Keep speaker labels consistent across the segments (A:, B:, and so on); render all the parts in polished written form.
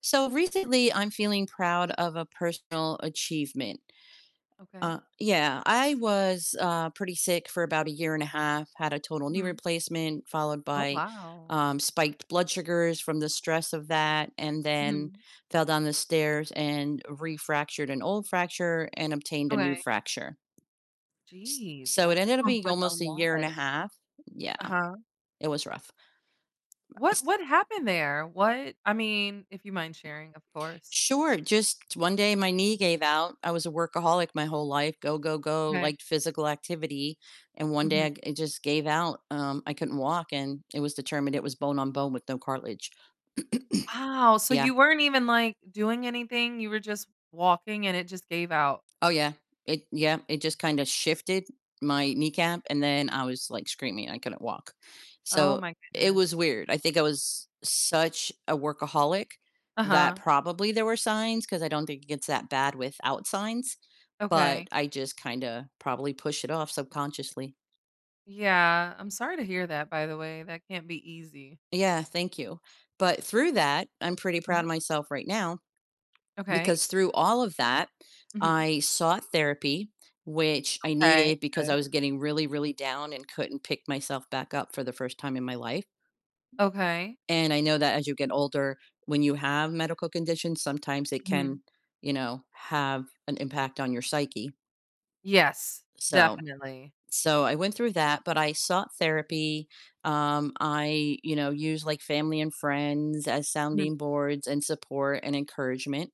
A: So recently, I'm feeling proud of a personal achievement.
B: Okay.
A: Yeah, I was pretty sick for about a year and a half, had a total knee
B: Mhm.
A: replacement, followed
B: Oh,
A: by
B: wow.
A: spiked blood sugars from the stress of that, and then
B: Mhm.
A: fell down the stairs and refractured an old fracture and obtained a new
B: Okay.
A: fracture. S-
B: Jeez,
A: So it
B: that
A: ended up
B: sounds, mhm,
A: being
B: like a
A: almost a year and a
B: lot.
A: half. Yeah,
B: Uh-huh.
A: it was rough.
B: What happened there? What I mean, if you mind sharing, of course.
A: Sure. Just one day my knee gave out. I was a workaholic my whole life. Go, go, go,
B: Okay.
A: liked physical activity. And one day
B: Mhm.
A: I g it just gave out. I couldn't walk and it was determined it was bone on bone with no cartilage.
B: Wow, so
A: Yeah.
B: you weren't even, like, doing anything, you were just walking and it just gave out.
A: Oh yeah. It yeah, it just kind of shifted my kneecap and then I was like screaming. I couldn't walk.
B: Oh
A: So
B: my
A: it
B: goodness.
A: was weird. I think I was such a workaholic that
B: Uh-huh.
A: probably there were signs because I don't think it gets that bad without signs,
B: Okay.
A: but I just kinda probably push it off subconsciously.
B: Yeah, I'm sorry to hear that, by the way, that can't be easy.
A: Yeah, thank you. But through that, I'm pretty proud
B: Mhm.
A: of myself right now
B: Okay.
A: because through all of that,
B: Mhm.
A: I sought therapy, which I
B: Okay,
A: needed because I
B: good.
A: was getting really, really down and couldn't pick myself back up for the first time in my life.
B: Okay.
A: And I know that as you get older, when you have medical conditions, sometimes it can,
B: Mhm.
A: you know, have an impact on your psyche.
B: Yes,
A: So
B: definitely.
A: So I went through that, but I sought therapy. I, you know, use like family and friends as sounding boards and support and encouragement.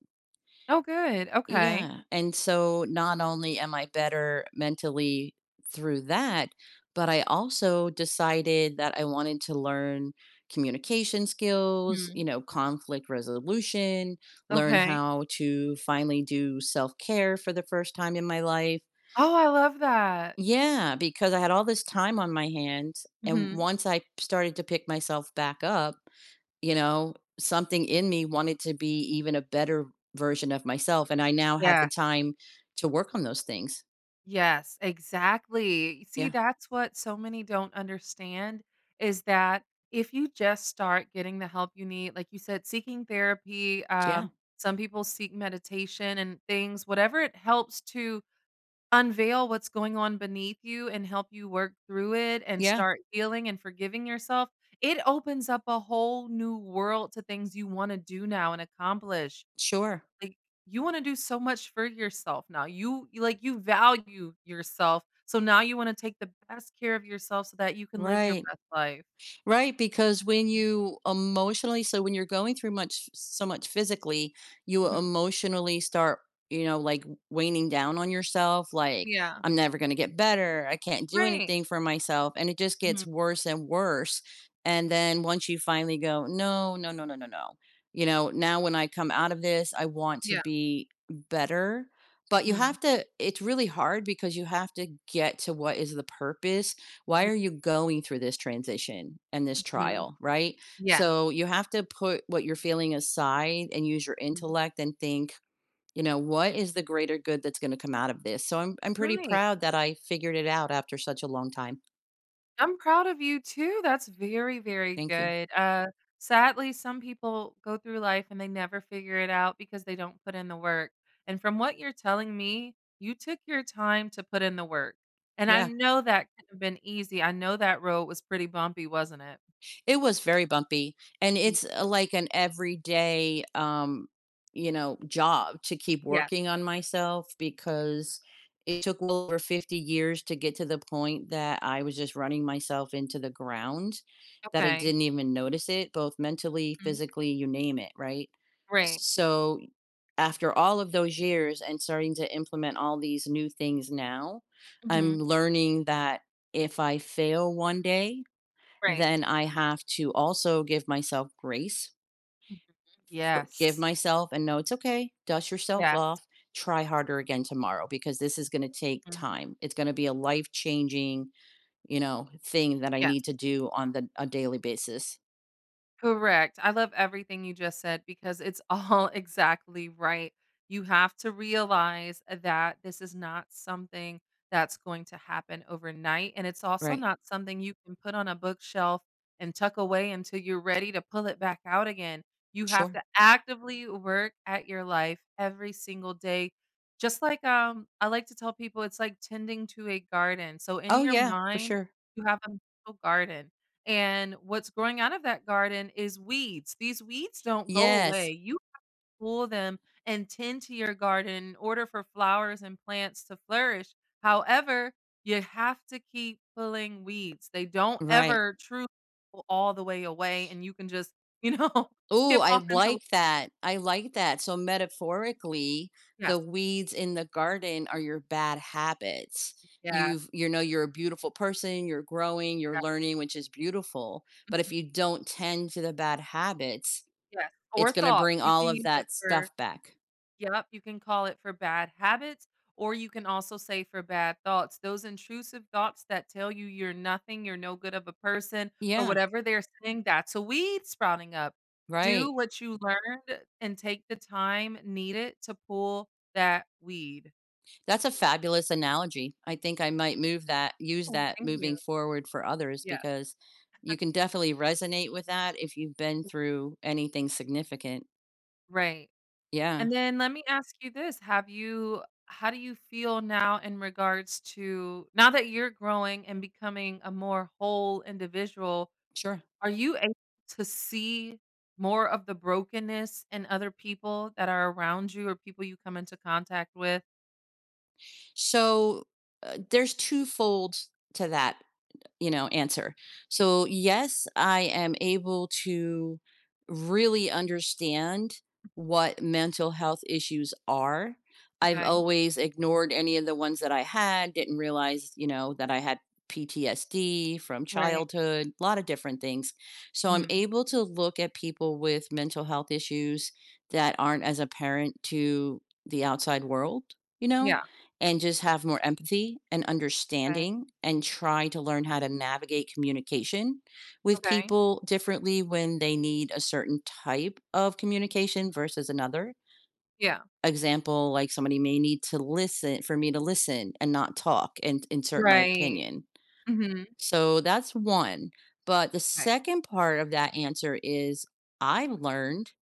B: Oh, good. Okay.
A: Yeah. And so not only am I better mentally through that, but I also decided that I wanted to learn communication skills, you
B: Mhm.
A: know, conflict resolution, learn
B: Okay.
A: how to finally do self care for the first time in my life,
B: Oh, I love that.
A: yeah, because I had all this time on my hands, and
B: Mhm.
A: once I started to pick myself back up, you know, something in me wanted to be even a better version of myself, and I now have the
B: Yes.
A: time to work on those things.
B: Yes, exactly. See,
A: Yeah,
B: that's what so many don't understand is that if you just start getting the help you need, like you said, seeking therapy,
A: yeah,
B: some people seek meditation and things, whatever it helps to unveil what's going on beneath you and help you work through it and
A: yeah,
B: start healing and forgiving yourself, it opens up a whole new world to things you wanna do now and accomplish.
A: sure,
B: Like, you wanna do so much for yourself now. You like, you value yourself, so now you wanna take the best care of yourself so that you can live your
A: right.
B: best life.
A: Right, because when you're going through much physically, you
B: Mhm.
A: emotionally start, you know, like, waning down on yourself, like,
B: Yeah.
A: "I'm never gonna get better, I can't do
B: Right.
A: anything for myself," and it just gets
B: Mhm.
A: worse and worse, and then once you finally go, "No, no, no, no, no, no," you know, "Now when I come out of this, I want to
B: Yeah.
A: be better," but you
B: Mhm.
A: have to it's really hard because you have to get to what is the purpose, why are you going through this transition and this
B: Mhm.
A: trial, right?
B: Yeah.
A: So you have to put what you're feeling aside and use your
B: Mhm.
A: intellect and think, you know, what is the greater good that's going to come out of this. So I'm pretty
B: Right.
A: proud that I figured it out after such a long time.
B: I'm proud of you too. That's very, very
A: Thank you.
B: good. Sadly, some people go through life and they never figure it out because they don't put in the work. And from what you're telling me, you took your time to put in the work. And I
A: Yeah.
B: know that couldn't have been easy. I know that road was pretty bumpy, wasn't it?
A: It was very bumpy, and
B: Mhm.
A: it's, like an everyday, you know, job to keep
B: Yes.
A: working on myself because it took well over 50 years to get to the point that I was just running myself into the ground, that I
B: Okay.
A: didn't even notice it, both mentally,
B: Mhm.
A: physically, you name it, right?
B: Right.
A: So, after all of those years and starting to implement all these new things now,
B: Hmm.
A: I'm learning that if I fail one day,
B: Great.
A: then I have to also give myself grace, forgive
B: Yes.
A: myself, and know it's okay. Dust yourself
B: Yes.
A: off. Try harder again tomorrow because this is going to take
B: Mhm.
A: time. It's going to be a life changing, you know, thing that I
B: Yeah.
A: need to do on the a daily basis.
B: Correct. I love everything you just said because it's all exactly right. You have to realize that this is not something that's going to happen overnight. And it's also
A: Right.
B: not something you can put on a bookshelf and tuck away until you're ready to pull it back out again. You have
A: Sure.
B: to actively work at your life every single day. Just like I like to tell people, it's like tending to a garden. So in
A: Oh
B: your
A: yeah, for
B: mind,
A: sure.
B: you have a mental garden and what's growing out of that garden is weeds. These weeds don't go
A: Yes.
B: away. You pull them and tend to your garden in order for flowers and plants to flourish. However, you have to keep pulling weeds. They don't
A: Right.
B: ever truly go all the way away, and you can just, you know,
A: Oh,
B: skip
A: I
B: off into.
A: like that. I like that. So metaphorically, the
B: Yes,
A: weeds in the garden are your bad habits.
B: yes,
A: You know, you're a beautiful person, you're growing, you're
B: yeah,
A: learning, which is beautiful. But if
B: mhm,
A: you don't tend to the bad habits,
B: yes,
A: it's
B: or
A: gonna
B: thoughts.
A: bring
B: You
A: all
B: can
A: of
B: use it
A: that
B: for.
A: stuff back.
B: Yep, you can call it for bad habits, or you can also say for bad thoughts. Those intrusive thoughts that tell you you're nothing, you're no good of a person, or
A: Yeah,
B: whatever they're saying, that's a weed sprouting up. Do
A: right.
B: what you learned and take the time needed to pull that weed.
A: That's a fabulous analogy. I think I might use
B: Oh,
A: that
B: thank you.
A: moving forward for others
B: Yeah,
A: because you can definitely resonate with that if you've been through anything significant.
B: right.
A: Yeah,
B: And then let me ask you this. Have you How do you feel now in regards to now that you're growing and becoming a more whole individual?
A: sure.
B: Are you able to see more of the brokenness in other people that are around you or people you come into contact with?
A: So, there's twofold to that, you know, answer. So, yes, I am able to really understand what mental health issues are. I've
B: Okay,
A: always ignored any of the ones that I had, didn't realize, you know, that I had PTSD from
B: right.
A: childhood, a lot of different things. So I'm
B: Mhm.
A: able to look at people with mental health issues that aren't as apparent to the outside world, you know?
B: Yeah,
A: And just have more empathy and
B: okay,
A: understanding and try to learn how to navigate communication with
B: okay.
A: people differently when they need a certain type of communication versus another.
B: Yeah.
A: Example, like somebody may need to listen for me to listen and not talk and insert my
B: Right.
A: opinion.
B: Mhm.
A: So that's one. But the
B: Right.
A: second part of that answer is I've learned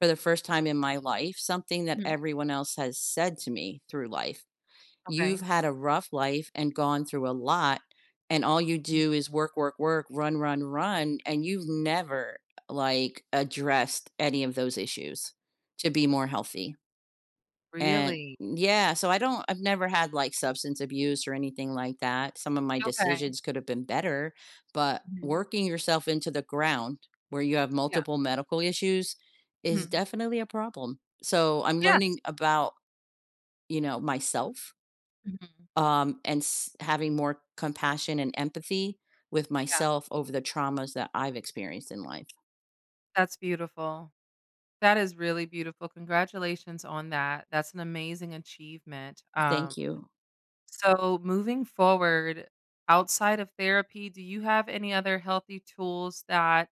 A: for the first time in my life something that
B: Mhm.
A: everyone else has said to me through life: you've
B: Okay.
A: had a rough life and gone through a lot, and all you
B: Mm,
A: do is work, work, work, run, run, run, and you've never, like, addressed any of those issues to be more healthy. And
B: really?
A: yeah, so I've never had, like, substance abuse or anything like that. Some of my
B: Okay.
A: decisions could have been better, but
B: Mhm.
A: working yourself into the ground where you have
B: Yeah.
A: multiple medical issues is
B: Mhm.
A: definitely a problem. So I'm
B: Yes.
A: learning about, you know, myself,
B: Mhm.
A: and having more compassion and empathy with
B: Yeah.
A: myself over the traumas that I've experienced in life.
B: That's beautiful. That is really beautiful. Congratulations on that. That's an amazing achievement.
A: Thank you.
B: So, moving forward, outside of therapy, do you have any other healthy tools that,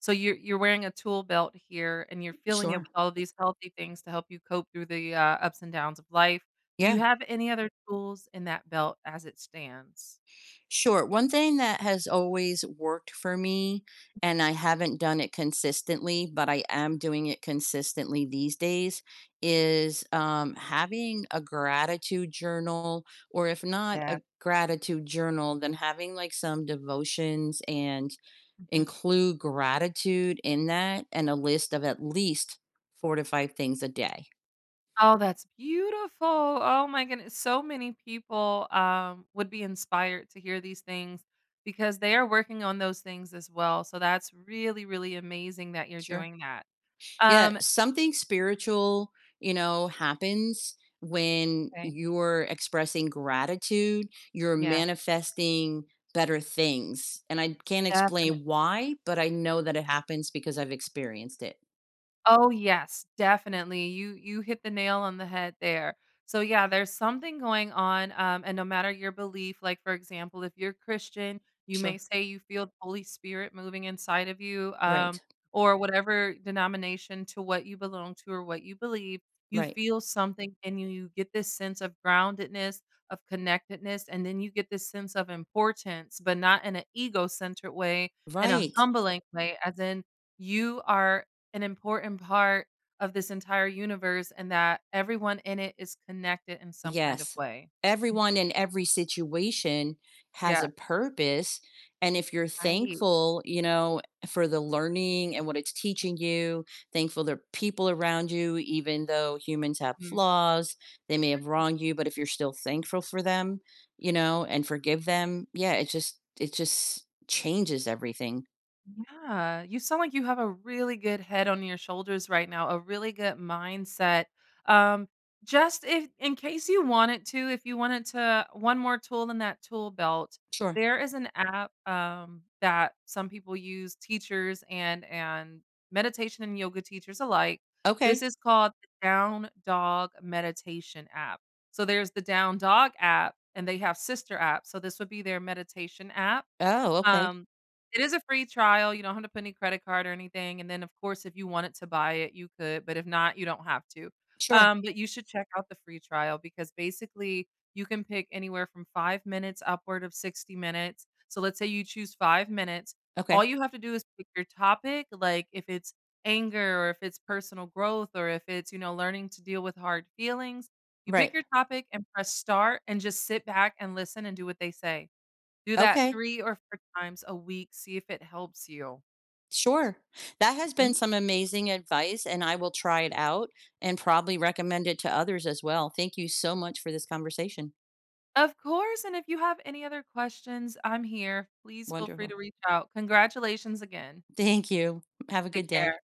B: so you're wearing a tool belt here and you're filling it
A: Sure.
B: with all of these healthy things to help you cope through the, ups and downs of life. Do you
A: Yeah,
B: have any other tools in that belt as it stands?
A: sure. One thing that has always worked for me, and I haven't done it consistently, but I am doing it consistently these days,
B: Mhm.
A: is having a gratitude journal, or if not
B: Yeah.
A: a gratitude journal, then having like some devotions and
B: Mhm.
A: include gratitude in that and a list of at least 4 to 5 things a day.
B: Oh, that's beautiful. Oh my goodness. So many people, would be inspired to hear these things because they are working on those things as well. So that's really, really amazing that you're
A: Sure.
B: doing that.
A: Yeah.
B: Um
A: Something spiritual, you know, happens when
B: Okay.
A: you're expressing gratitude, you're
B: Yeah,
A: manifesting better things. And I can't
B: definitely.
A: explain why, but I know that it happens because I've experienced it.
B: Oh, yes, definitely. You hit the nail on the head there. So, yeah, there's something going on, and no matter your belief, like, for example, if you're Christian, you
A: Sure.
B: may say you feel the Holy Spirit moving inside of you,
A: Right.
B: or whatever denomination to what you belong to or what you believe, you
A: Right.
B: feel something and you get this sense of groundedness, of connectedness, and then you get this sense of importance, but not in an ego-centered way, in a
A: Right.
B: humbling way, as in you are an important part of this entire universe and that everyone in it is connected in some kind of
A: Yes.
B: way.
A: Everyone in every situation has a
B: Yeah,
A: purpose, and if you're
B: right.
A: thankful, you know, for the learning and what it's teaching you, thankful the people around you, even though humans have
B: Mm.
A: flaws, they may have wronged you, but if you're still thankful for them, you know, and forgive them, yeah, it just changes everything.
B: Yeah, you sound like you have a really good head on your shoulders right now, a really good mindset. Um, just if in case you wanted to, if you wanted to one more tool in that tool belt,
A: Sure.
B: there is an app that some people use, teachers and meditation and yoga teachers alike. This
A: Okay.
B: is called the Down Dog Meditation app. So there's the Down Dog app, and they have sister apps. So this would be their meditation app.
A: Oh, okay.
B: um, it is a free trial, you don't have to put any credit card or anything, and then, of course, if you wanted to buy it, you could, but if not, you don't have to.
A: Sure.
B: But you should check out the free trial because basically you can pick anywhere from 5 minutes upward of 60 minutes. So let's say you choose 5 minutes. All
A: Okay.
B: you have to do is pick your topic, like if it's anger or if it's personal growth or if it's, you know, learning to deal with hard feelings. You pick
A: Right.
B: your topic and press start and just sit back and listen and do what they say. Do that
A: Okay.
B: 3 or 4 times a week, see if it helps you.
A: Sure. That has
B: Mhm.
A: been some amazing advice, and I will try it out and probably recommend it to others as well. Thank you so much for this conversation.
B: Of course, and if you have any other questions, I'm here. Please feel free
A: Wonderful.
B: to reach out. Congratulations again.
A: Thank you. Have a good
B: Take
A: day.
B: care.